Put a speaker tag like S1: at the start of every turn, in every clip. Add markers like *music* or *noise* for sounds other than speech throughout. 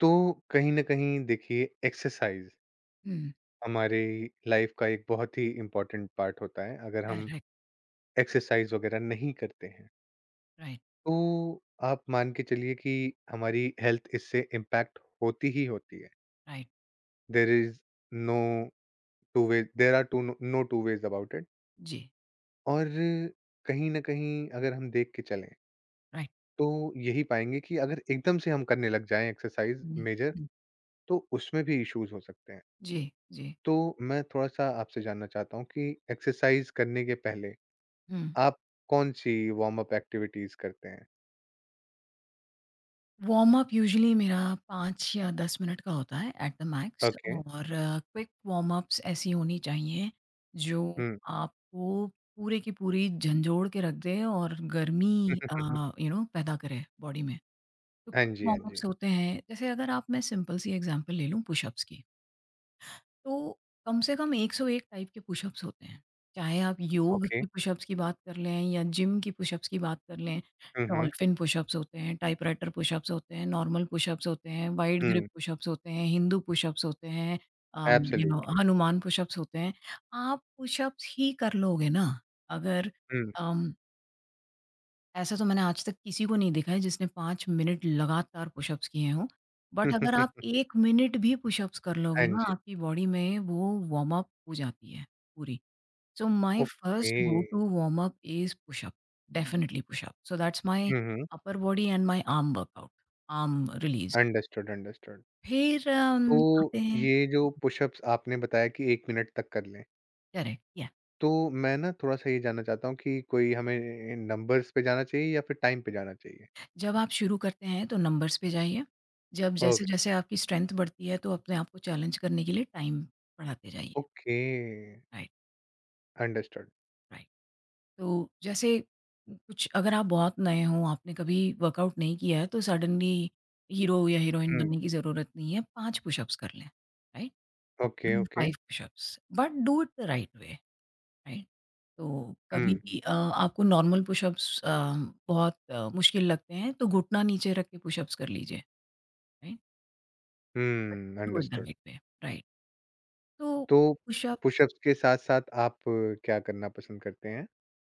S1: तो कहीं ना कहीं देखिए एक्सरसाइज
S2: हुँ।
S1: हमारे लाइफ का एक बहुत ही इम्पोर्टेंट पार्ट होता है। अगर हम
S2: करेक्ट,
S1: एक्सरसाइज वगैरह नहीं करते हैं
S2: राइट,
S1: तो आप मान के चलिए कि हमारी हेल्थ इससे इम्पैक्ट होती ही होती है।
S2: Right.
S1: There is no two way, there are two no two ways about it.
S2: जी,
S1: और कहीं ना कहीं अगर हम देख के चलें
S2: राइट।
S1: तो यही पाएंगे कि अगर एकदम से हम करने लग जाएं एक्सरसाइज
S2: हुँ,
S1: मेजर,
S2: हुँ।
S1: तो उसमें भी इश्यूज हो सकते हैं।
S2: जी, जी।
S1: तो मैं थोड़ा-सा आपसे जानना चाहता हूँ कि एक्सरसाइज़ करने के पहले
S2: हुँ।
S1: आप कौन-सी वार्म अप एक्टिविटीज़ करते हैं?
S2: वार्म अप यूजुअली मेरा 5 या 10 मिनट का होता है एट द मैक्स,
S1: ओके,
S2: और क्विक वार्म अप्स ऐसी होनी चाहिए जो
S1: हुँ।
S2: आपको पूरे की पूरी झंझोड़ के रख दे और गर्मी
S1: *laughs*
S2: पैदा करे बॉडी में। तो
S1: हाँ
S2: क्विक
S1: जी, हाँ
S2: वार्म
S1: जी।
S2: अप्स होते हैं, जैसे अगर आप, मैं सिंपल सी एग्ज़ाम्पल ले लूँ पुशअप्स की। तो कम से कम 101 टाइप के पुशअप्स होते हैं। चाहे आप योग
S1: ओके।
S2: की पुशअप्स की बात कर लें या जिम की पुशअप्स की बात कर लें,
S1: हुँ, हुँ,
S2: डॉल्फिन पुशअप्स होते हैं, टाइपराइटर पुशअप्स होते हैं, नॉर्मल पुशअप्स होते हैं, वाइड ग्रिप
S1: हुँ।
S2: पुशअप्स होते हैं, हिंदू पुशअप्स होते हैं, um, you know
S1: absolutely,
S2: Hanuman pushups होते हैं। आप पुशअप्स ही कर लोगे ना, अगर।
S1: हुँ।
S2: अम ऐसा तो मैंने आज तक किसी को नहीं देखा है जिसने 5 मिनट लगातार पुशअप्स किए हों। बट अगर आप
S1: *laughs*
S2: 1 मिनट भी पुशअप्स कर
S1: हाँ
S2: लोगे ना,
S1: जी,
S2: आपकी बॉडी में वो वार्म अप हो जाती है पूरी। So my
S1: okay.
S2: First go to warm up is pushup, definitely pushup. So that's my
S1: hmm, hmm.
S2: Upper body and my arm workout, arm release.
S1: Understood, understood.
S2: फिर
S1: तो
S2: आते हैं।
S1: ये जो पुशअप्स आपने बताया कि 1 मिनट तक कर लें,
S2: करेक्ट, या
S1: तो मैं ना थोड़ा-सा ये जानना चाहता हूँ कि कोई हमें नंबर्स पे जाना चाहिए या फिर टाइम पे जाना चाहिए?
S2: जब आप शुरू करते हैं तो नंबर्स पे जाइए। जब
S1: ओके,
S2: जैसे-जैसे आपकी स्ट्रेंथ बढ़ती है तो अपने आप को चैलेंज करने के लिए टाइम बढ़ाते जाइए।
S1: ओके।
S2: राइट।
S1: अंडरस्टूड।
S2: राइट, तो जैसे कुछ, अगर आप बहुत नए हों, आपने कभी वर्कआउट नहीं किया है तो सडनली हीरो या हीरोइन
S1: हुँ,
S2: बनने की ज़रूरत नहीं है, पाँच पुशअप्स कर लें। Right,
S1: okay,
S2: do
S1: okay.
S2: Five pushups but do it the right way. Right, तो कभी
S1: हुँ,
S2: भी आपको नॉर्मल पुशअप्स बहुत मुश्किल लगते हैं तो घुटना नीचे रख के पुशअप्स कर लीजिए। Right,
S1: hmm,
S2: do it the
S1: understood.
S2: Right way. Right, तो
S1: तो
S2: पुशअप्स
S1: पुशअप्स के साथ-साथ आप क्या करना पसंद करते हैं?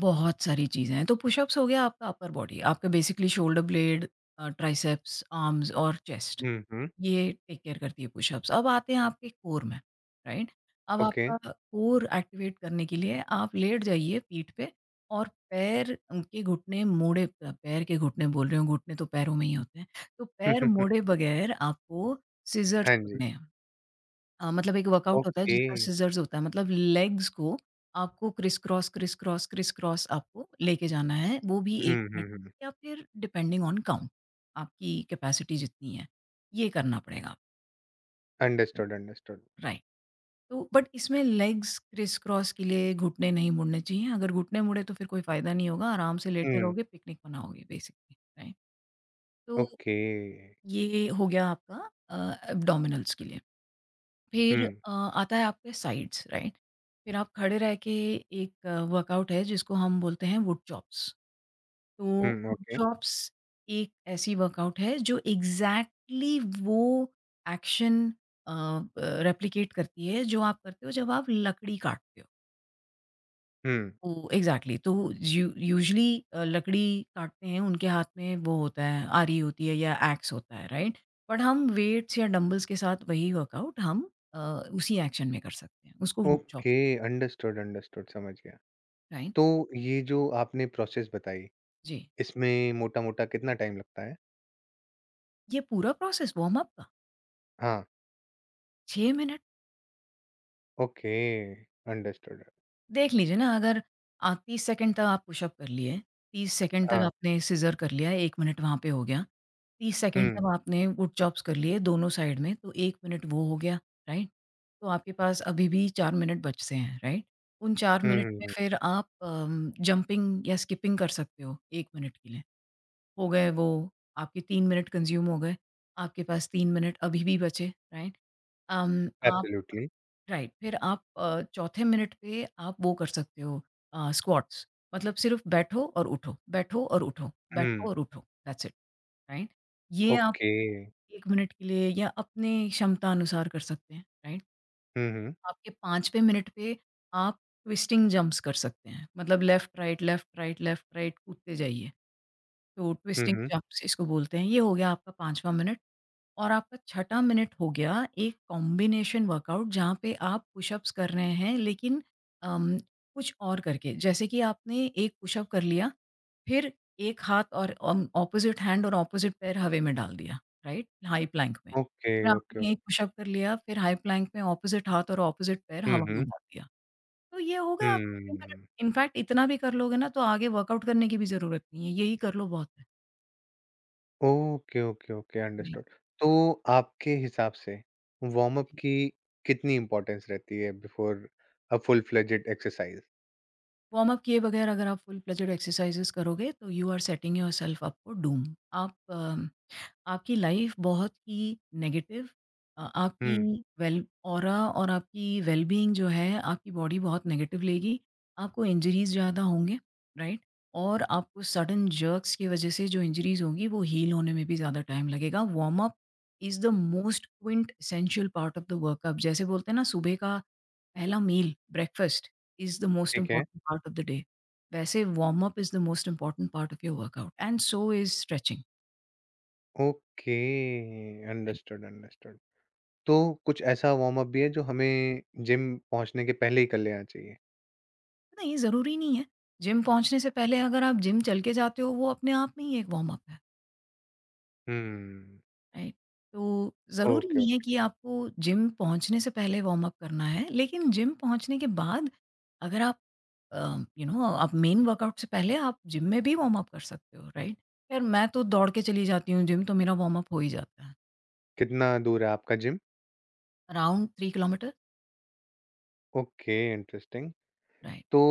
S2: बहुत सारी चीज़ें हैं। तो पुशअप्स हो गया आपका अपर बॉडी, आपका basically shoulder blade, triceps, arms और चेस्ट,
S1: हुँ, हुँ,
S2: ये टेक केयर करती है पुशअप्स। अब आते हैं आपके कोर में, राइट? अब
S1: ओके।
S2: आपका कोर एक्टिवेट करने के लिए आप लेट जाइए पीठ पे, और पैर के घुटने मोड़े। पैर के घुटने बोल रही हूँ, घुटने तो पैरों में ही होते हैं। तो पैर मोड़े
S1: *laughs*
S2: बगैर आपको सिज़र्स
S1: हाँ जी,
S2: पकड़ने हैं। मतलब एक वर्कआउट होता है
S1: ओके।
S2: जिसका सिज़र्स होता है। मतलब लेग्स को आपको criss cross, criss cross, criss cross आपको लेके जाना है। वो भी 1
S1: हुँ, हुँ,
S2: मिनट,
S1: हुँ।
S2: या फिर डिपेंडिंग ऑन काउंट आपकी कैपेसिटी जितनी है, ये करना पड़ेगा आपको।
S1: Understood, understood.
S2: राइट, तो बट इसमें लेग्स क्रिस क्रॉस के लिए घुटने नहीं मुड़ने चाहिए। अगर घुटने मुड़े तो फिर कोई फ़ायदा नहीं होगा, आराम से लेटे
S1: हुँ,
S2: रहोगे, पिकनिक मनाओगे बेसिकली, राइट? तो
S1: ओके।
S2: ये हो गया आपका, एब्डोमिनल्स के लिए। फिर
S1: हुँ,
S2: आता है आपके साइड्स, राइट? फिर आप खड़े रह के, एक वर्कआउट है जिसको हम बोलते हैं वुड चॉप्स। तो
S1: हुँ,
S2: वुड
S1: ओके।
S2: चॉप्स एक ऐसी वर्कआउट है जो एग्ज़ैक्टली वो एक्शन अ, ब रेप्लिकेट करती है, जो आप करते हो जब आप लकड़ी काटते हो।
S1: हुँ,
S2: ओ, एग्जैक्टली, तो यूजुअली लकड़ी काटते हैं उनके हाथ में वो होता है, आरी होती है या एक्स होता है। राइट, बट हम वेट्स या डंबल्स के साथ वही वर्कआउट हम अ, उसी एक्शन में कर सकते हैं, उसको wood chop.
S1: Okay, understood, understood, समझ गया।
S2: राइट।
S1: तो ये जो आपने प्रोसेस बताई,
S2: जी।
S1: इसमें मोटा-मोटा कितना टाइम लगता है?
S2: ये पूरा प्रोसेस वार्म अप का
S1: हाँ,
S2: 6 मिनट।
S1: Okay, understood.
S2: देख लीजिए ना, अगर 30 सेकंड तक आप पुशअप कर लिए, 30 सेकंड तक
S1: हाँ,
S2: आपने सीज़र कर लिया, 1 मिनट वहाँ पे हो गया, 30 सेकंड
S1: हुँ,
S2: तक आपने वुड चॉप्स कर लिए दोनों साइड में, तो 1 मिनट वो हो गया, राइट? तो आपके पास अभी भी 4 मिनट बचते हैं, राइट? उन 4
S1: हुँ,
S2: मिनट
S1: हुँ,
S2: में
S1: हुँ,
S2: फिर आप जंपिंग या स्किपिंग कर सकते हो 1 मिनट के लिए, हो गए वो, आपके 3 मिनट कंज़्यूम हो गए, आपके पास 3 मिनट अभी भी बचे, राइट? अम, आप,
S1: एब्सोल्युटली।
S2: राइट, फिर आप चौथे मिनट पे आप वो कर सकते हो, स्क्वाट्स, मतलब सिर्फ़ बैठो और उठो, बैठो और उठो,
S1: हुँ।
S2: बैठो और उठो, दैट्स इट, राइट? ये आप
S1: ओके।
S2: 1 मिनट के लिए या अपने क्षमता अनुसार कर सकते हैं, राइट?
S1: हुँ, हुँ।
S2: आपके 5वें मिनट पे आप ट्विस्टिंग जंप्स कर सकते हैं, मतलब left, right, left, right, left, right कूदते जाइए, तो
S1: हुँ,
S2: ट्विस्टिंग
S1: हुँ।
S2: जंप्स इसको बोलते हैं। ये हो गया आपका 5वां मिनट। और आपका छठा मिनट हो गया एक कॉम्बिनेशन वर्कआउट, जहाँ पे आप पुशअप्स कर रहे हैं लेकिन अम, कुछ और करके। जैसे कि आपने एक पुशअप कर लिया, फिर एक हाथ और ऑपोज़िट हैंड और ऑपोज़िट पैर हवा में डाल दिया, राइट? हाई प्लैंक में।
S1: ओके,
S2: फिर
S1: ओके,
S2: आपने एक
S1: ओके।
S2: पुशअप कर लिया, फिर हाई प्लैंक में ऑपोज़िट हाथ और ऑपोज़िट पैर
S1: हुँ,
S2: हवा में
S1: हुँ।
S2: डाल दिया। तो ये हो गया आपके मिनट।
S1: हुँ।
S2: इनफैक्ट इतना भी कर लोगे ना तो आगे वर्कआउट करने की भी ज़रूरत नहीं है, यही कर लो बहुत है।
S1: ओके, ओके, ओके,
S2: जी।
S1: अंडरस्टूड। तो आपके हिसाब से वार्म अप की कितनी इम्पोर्टेंस रहती है before a full fledged exercise?
S2: Warm up किए बगैर अगर आप फुल-फ्ledged एक्सरसाइज़ेज़ करोगे तो you are setting yourself up for doom. आप आपकी लाइफ बहुत ही नेगेटिव, आपकी
S1: हुँ,
S2: वेल ऑरा और आपकी वेलबींग जो है, आपकी बॉडी बहुत नेगेटिव लेगी, आपको इंजरीज ज़्यादा होंगे। राइट, और आपको सडन जर्क्स की वजह से जो इंजरीज होंगी वो हील होने में भी ज़्यादा टाइम लगेगा। Warm up is the most quintessential part of the workup. जैसे बोलते हैं ना, सुबह का पहला meal breakfast is the most
S1: ठीक है।
S2: Important part of the day, वैसे warm up is the most important part of your workout and so is stretching.
S1: Okay, understood, understood. तो कुछ ऐसा वार्म अप भी है जो हमें जिम पहुँचने के पहले ही कर लेना चाहिए?
S2: नहीं, ज़रूरी नहीं है। जिम पहुँचने से पहले अगर आप जिम चल के जाते हो, वो अपने आप में ही एक वार्म अप है,
S1: हुँ।
S2: राइट? तो ज़रूरी
S1: ओके,
S2: नहीं है
S1: ओके।
S2: कि आपको जिम पहुँचने से पहले वार्म अप करना है, लेकिन जिम पहुँचने के बाद अगर आप आप मेन वर्कआउट से पहले आप जिम में भी वार्म अप कर सकते हो, राइट? खैर मैं तो दौड़ के चली जाती हूँ जिम, तो मेरा वार्म अप हो ही जाता है।
S1: कितना दूर है आपका gym?
S2: Around 3 kilometre.
S1: Okay, interesting. तो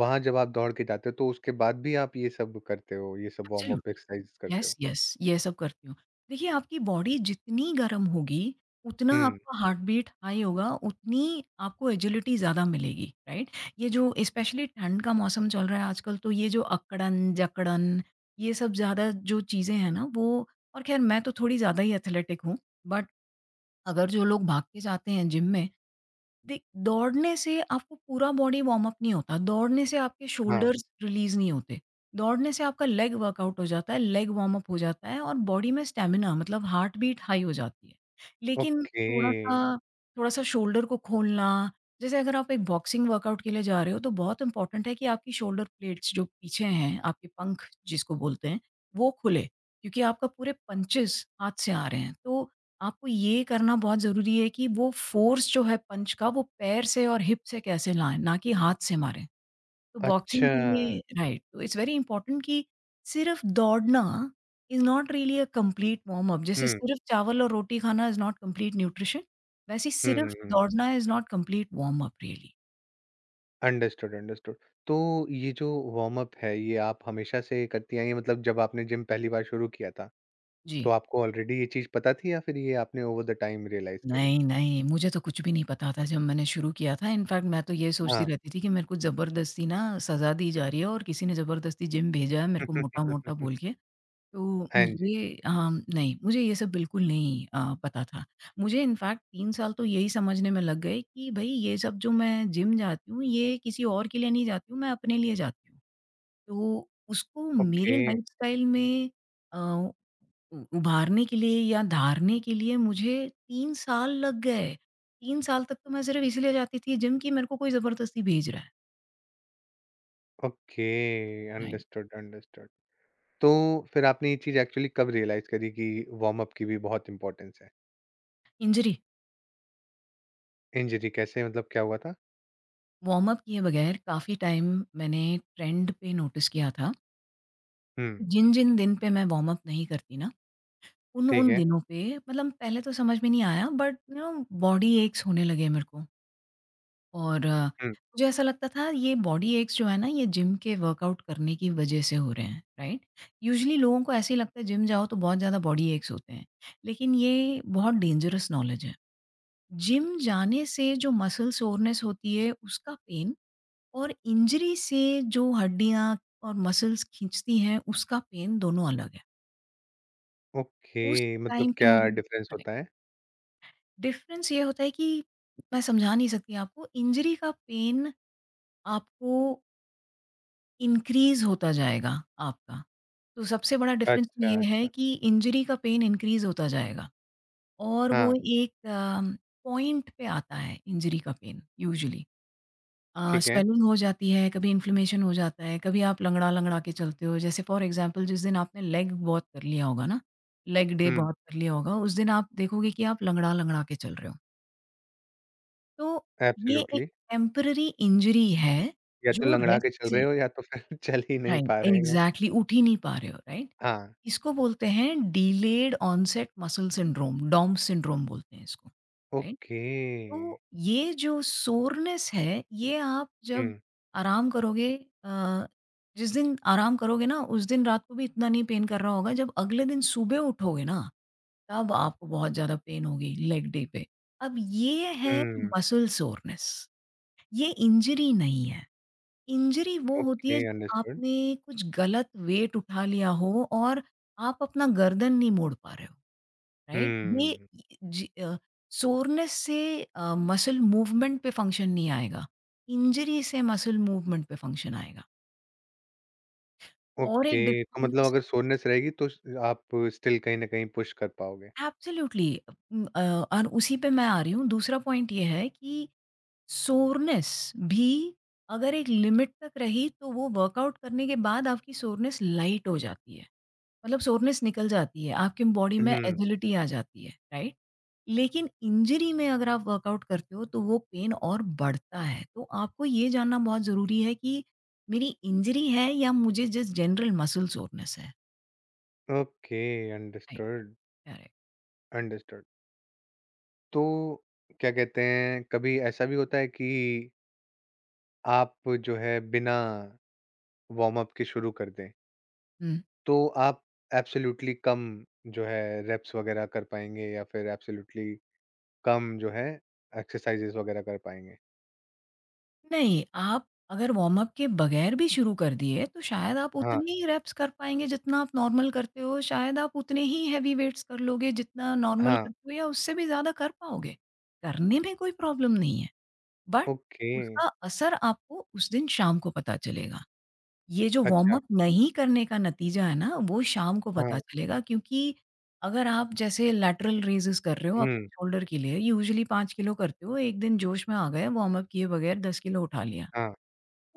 S1: वहाँ जब आप दौड़ के जाते हो तो उसके बाद भी आप ये सब करते हो, ये सब वार्म
S2: राइट?
S1: अप एक्सरसाइज़ करते हो?
S2: यस, यस, ये सब करती हूँ। देखिए, आपकी बॉडी जितनी गर्म होगी, उतना
S1: हुँ,
S2: आपका हार्ट बीट हाई होगा, उतनी आपको एजिलिटी ज़्यादा मिलेगी, राइट? ये जो स्पेशली ठंड का मौसम चल रहा है आजकल, तो ये जो अकड़न, जकड़न, ये सब ज़्यादा जो चीज़ें हैं ना, वो। और ख़ैर, मैं तो थोड़ी ज़्यादा ही एथलेटिक हूँ, बट अगर जो लोग भाग के जाते हैं जिम में, देख, दौड़ने से आपको पूरा बॉडी वार्म अप नहीं होता। दौड़ने से आपके
S1: हाँ,
S2: शोल्डर्स रिलीज़ नहीं होते। दौड़ने से आपका लेग वर्कआउट हो जाता है, लेग वार्म अप हो जाता है और बॉडी में स्टैमिना, मतलब हार्ट बीट हाई हो जाती है। लेकिन
S1: ओके,
S2: थोड़ा-सा, थोड़ा-सा शोल्डर को खोलना, जैसे अगर आप एक बॉक्सिंग वर्कआउट के लिए जा रहे हो तो बहुत इम्पोर्टेंट है कि आपकी शोल्डर प्लेट्स जो पीछे हैं, आपके पंख जिसको बोलते हैं, वो खुले, क्योंकि आपका पूरे पंचेज़ हाथ से आ रहे हैं। तो आपको ये करना बहुत ज़रूरी है कि वो फ़ोर्स जो है पंच का, वो पैर से और हिप से कैसे लाएँ, ना कि हाथ से मारें। तो बॉक्सिंग
S1: अच्छा।
S2: के लिए, राइट, तो इट्स वेरी इम्पोर्टेंट कि सिर्फ़ दौड़ना is not really a complete warm up, जैसे
S1: हुँ,
S2: सिर्फ़ चावल और रोटी खाना इज़ नॉट कंप्लीट न्यूट्रिशन, वैसे ही
S1: हुँ, हुँ,
S2: सिर्फ़
S1: हुँ,
S2: दौड़ना is not complete warm up really.
S1: Understood, understood. तो ये जो वार्म अप है ये आप हमेशा से करती आई हैं, मतलब जब आपने जिम पहली बार शुरू किया था,
S2: जी।
S1: तो आपको ऑलरेडी ये चीज़ पता थी या फिर ये आपने ओवर द टाइम रियलाइज़ करी?
S2: नहीं, नहीं, मुझे तो कुछ भी नहीं पता था जब मैंने शुरू किया था। इनफैक्ट मैं तो ये सोचती
S1: हाँ,
S2: रहती थी कि मेरे को ज़बरदस्ती ना सज़ा दी जा रही है, और किसी ने ज़बरदस्ती जिम भेजा है मेरे को
S1: *laughs*
S2: मोटा-मोटा बोल के। तो
S1: हाँ जी,
S2: मुझे नहीं, मुझे ये सब बिल्कुल नहीं पता था। मुझे इनफ़ैक्ट 3 साल तो यही समझने में लग गए कि भई ये सब जो मैं जिम जाती हूँ, ये किसी और के लिए नहीं जाती हूँ, मैं अपने लिए जाती हूँ। तो उसको
S1: ओके,
S2: मेरे लाइफ़स्टाइल में अ, उ उभारने के लिए या धारने के लिए मुझे 3 साल लग गए। 3 साल तक तो मैं सिर्फ़ इसलिए जाती थी जिम कि मेरे को कोई ज़बरदस्ती भेज रहा है,
S1: ओके,
S2: राइट?
S1: Understood, understood. तो फिर आपने ये चीज़ एक्चुअली कब रियलाइज़ करी कि वार्म अप की भी बहुत इम्पोर्टेंस है?
S2: इंजरी।
S1: इंजरी कैसे, मतलब क्या हुआ था?
S2: वार्म अप किए बगैर काफ़ी टाइम मैंने ट्रेंड पे नोटिस किया था।
S1: हुँ,
S2: जिन, जिन दिन पे मैं वार्म अप नहीं करती ना,
S1: ठीक
S2: उन-उन
S1: है।
S2: दिनों पे, मतलब पहले तो समझ में नहीं आया, बट बॉडी एक्स होने लगे मेरे को, और
S1: हुँ,
S2: मुझे ऐसा लगता था ये बॉडी एक्स जो है ना ये जिम के वर्कआउट करने की वज़ह से हो रहे हैं, राइट? यूजुअली लोगों को ऐसे ही लगता है जिम जाओ तो बहुत ज़्यादा बॉडी एक्स होते हैं, लेकिन ये बहुत डेंजरस नॉलेज है। जिम जाने से जो मसल सोरनेस होती है उसका पेन और इंजरी से जो हड्डियाँ और मसल्स खींचती हैं उसका पेन दोनों अलग है।
S1: ओके
S2: उस
S1: मतलब
S2: टाइम पे
S1: क्या
S2: मुझे
S1: डिफरेंस होता है?
S2: डिफरेंस ये होता है कि मैं समझा नहीं सकती आपको, इंजरी का पेन आपको इंक्रीज़ होता जाएगा आपका। तो सबसे बड़ा डिफरेंस तो ये
S1: अच्छा,
S2: है
S1: अच्छा।
S2: कि इंजरी का पेन इंक्रीज़ होता जाएगा और वो
S1: हाँ,
S2: एक पॉइंट पे आता है इंजरी का पेन यूजुअली।
S1: ठीक है।
S2: स्वेलिंग हो जाती है, कभी इन्फ्लेमेशन हो जाता है, कभी आप लंगड़ा-लंगड़ा के चलते हो। जैसे फॉर एग्ज़ाम्पल जिस दिन आपने लेग बहुत कर लिया होगा ना, लेग डे
S1: हुँ,
S2: बहुत कर लिया होगा, उस दिन आप देखोगे कि आप लंगड़ा-लंगड़ा के चल रहे हो। तो ये एक
S1: एब्सोल्युटली।
S2: टेम्परेरी इंजरी है,
S1: या तो
S2: जो
S1: लँगड़ा के
S2: रेस्ट
S1: चल रहे
S2: से
S1: हो या तो फिर *laughs* चल ही नहीं
S2: राइट,
S1: पा रहे हो।
S2: एग्ज़ैक्टली उठ ही नहीं पा रहे हो, राइट?
S1: हाँ,
S2: इसको बोलते हैं delayed onset muscle syndrome, DOM syndrome बोलते हैं इसको, राइट?
S1: ओके।
S2: तो ये जो सोरनेस है, ये आप
S1: हुँ,
S2: जब आराम करोगे, अ, जिस दिन आराम करोगे ना, उस दिन रात को भी इतना नहीं पेन कर रहा होगा, जब अगले दिन सुबह उठोगे ना, तब आपको बहुत ज़्यादा पेन होगी लेग डे पे। अब ये है
S1: हुँ,
S2: मसल सोरनेस। ये इंजरी नहीं है। इंजरी वो होती
S1: ओके
S2: है
S1: अंडरस्टूड।
S2: आपने कुछ गलत वेट उठा लिया हो और आप अपना गर्दन नहीं मोड़ पा रहे हो, राइट? ये
S1: हुँ,
S2: जी अ, सोरनेस से मसल मूवमेंट पे फंक्शन नहीं आएगा। इंजरी से मसल मूवमेंट पे फंक्शन आएगा और
S1: ओके
S2: एक
S1: तो मतलब
S2: डिफरेंस
S1: अगर सोरनेस रहेगी तो स आप स्टिल कहीं न कहीं पुश कर पाओगे।
S2: एब्सोल्युटली, और उसी पे मैं आ रही हूँ। दूसरा पॉइंट ये है कि सोरनेस भी अगर एक लिमिट तक रही तो वो वर्कआउट करने के बाद आपकी सोरनेस लाइट हो जाती है। मतलब सोरनेस निकल जाती है, आपकी बॉडी में
S1: हुँ।
S2: एजिलिटी आ जाती है, राइट? लेकिन इंजरी में अगर आप वर्कआउट करते हो तो वो पेन और बढ़ता है। तो आपको ये जानना बहुत ज़रूरी है कि मेरी इंजरी है या मुझे जस्ट जनरल मसल सोरनेस है?
S1: Okay,
S2: right,
S1: understood,
S2: correct.
S1: Understood. तो क्या कहते हैं, कभी ऐसा भी होता है कि आप जो है बिना वार्म अप के शुरू कर दें,
S2: हुँ।
S1: तो आप एब्सोल्युटली कम जो है रेप्स वगैरह कर पाएंगे या फिर एब्सोल्युटली कम जो है एक्सरसाइजेस वगैरह कर पाएंगे?
S2: नहीं, आप अगर वार्म अप के बगैर भी शुरू कर दिए, तो शायद आप
S1: हाँ,
S2: उतने ही रेप्स कर पाएँगे जितना आप नॉर्मल करते हो, शायद आप उतने ही हेवी वेट्स कर लोगे जितना नॉर्मल
S1: हाँ,
S2: करते हो या उससे भी ज़्यादा कर पाओगे। करने में कोई प्रॉब्लम नहीं है, बट
S1: ओके,
S2: उसका असर आपको उस दिन शाम को पता चलेगा। ये जो वार्म
S1: अच्छा,
S2: अप नहीं करने का नतीजा है ना, वो शाम को
S1: हाँ,
S2: पता चलेगा क्योंकि अगर आप जैसे लैटरल रेज़ेस कर रहे हो
S1: हम्म,
S2: अपने शोल्डर के लिए, यूजुअली 5 किलो करते हो, एक दिन जोश में आ गए वार्म अप किए बगैर 10 किलो उठा लिया।
S1: हाँ,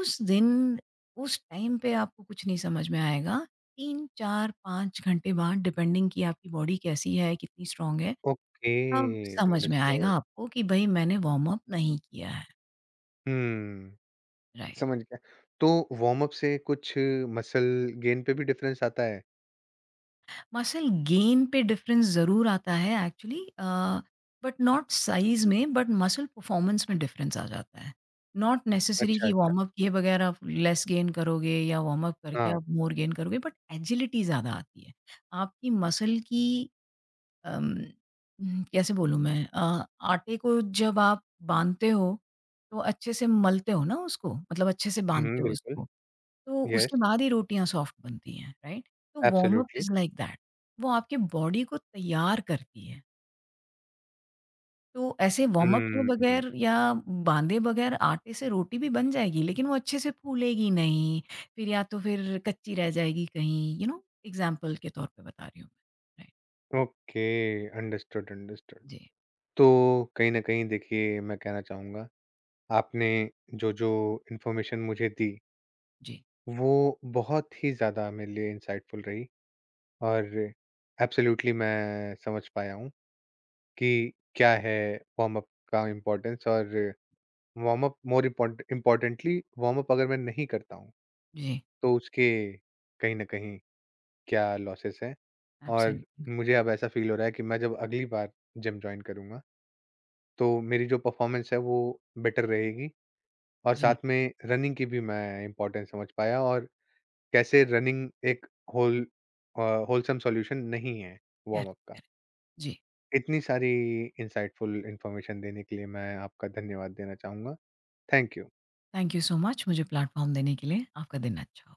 S2: उस दिन, उस टाइम पे आपको कुछ नहीं समझ में आएगा। 3, 4, 5 घंटे बाद डिपेंडिंग कि आपकी बॉडी कैसी है, कितनी स्ट्रॉन्ग है,
S1: ओके,
S2: तब समझ में आएगा
S1: अंडरस्टूड,
S2: आपको कि भई मैंने वार्म अप नहीं किया है।
S1: हम्म,
S2: राइट।
S1: समझ गया। तो वार्म अप से कुछ मसल गेन पे भी डिफरेंस आता है?
S2: मसल गेन पे डिफरेंस ज़रूर आता है एक्चुअली, बट नॉट साइज़ में बट मसल परफॉर्मेंस में डिफरेंस आ जाता है। नॉट नेसेसरी
S1: अच्छा,
S2: कि
S1: अच्छा।
S2: वार्म अप किए बगैर आप लेस गेन करोगे या वार्म अप करके
S1: हाँ।
S2: आप मोर गेन करोगे बट एजिलिटी ज़्यादा आती है। आपकी मसल की अम, कैसे बोलूँ मैं, आटे को जब आप बाँधते हो, तो अच्छे से मलते हो ना उसको, मतलब अच्छे से
S1: हुँ, हुँ,
S2: बाँधते हो
S1: बिल्कुल।
S2: उसको, तो
S1: येस,
S2: उसके बाद ही रोटियाँ सॉफ्ट बनती हैं, राइट? तो warm up
S1: absolutely.
S2: Is like that, वो आपके बॉडी को तैयार करती है। तो ऐसे वार्म अप किए
S1: हुँ,
S2: बगैर या बाँधे बगैर आटे से रोटी भी बन जाएगी, लेकिन वो अच्छे से फूलेगी नहीं, फिर या तो फिर कच्ची रह जाएगी कहीं, यू नो एग्ज़ाम्पल के तौर पे बता रही हूँ मैं। Right,
S1: okay, understood, understood.
S2: जी,
S1: तो कहीं न कहीं देखिए मैं कहना चाहूँगा, आपने जो-जो इन्फॉर्मेशन मुझे दी,
S2: जी,
S1: वो बहुत ही ज़्यादा मेरे लिए इंसाइटफुल रही और एब्सोल्युटली मैं समझ पाया हूँ कि क्या है वार्म अप का इम्पोर्टेंस और warm up more import importantly warm up अगर मैं नहीं करता हूँ,
S2: जी,
S1: तो उसके कहीं न कहीं क्या लॉसेस हैं। और
S2: एब्सोल्युटली,
S1: मुझे अब ऐसा फ़ील हो रहा है कि मैं जब अगली बार जिम जॉइन करूँगा, तो मेरी जो परफ़ॉर्मेंस है वो बेटर रहेगी और
S2: जी।
S1: साथ में रनिंग की भी मैं इम्पोर्टेंस समझ पाया और कैसे रनिंग एक होल अ, होलसम सॉल्यूशन नहीं है वार्म
S2: करेक्ट,
S1: अप का।
S2: करेक्ट। जी,
S1: इतनी सारी इनसाइटफुल इन्फॉर्मेशन देने के लिए मैं आपका धन्यवाद देना चाहूँगा। Thank you.
S2: Thank you so much मुझे प्लेटफ़ॉर्म देने के लिए। आपका दिन अच्छा हो।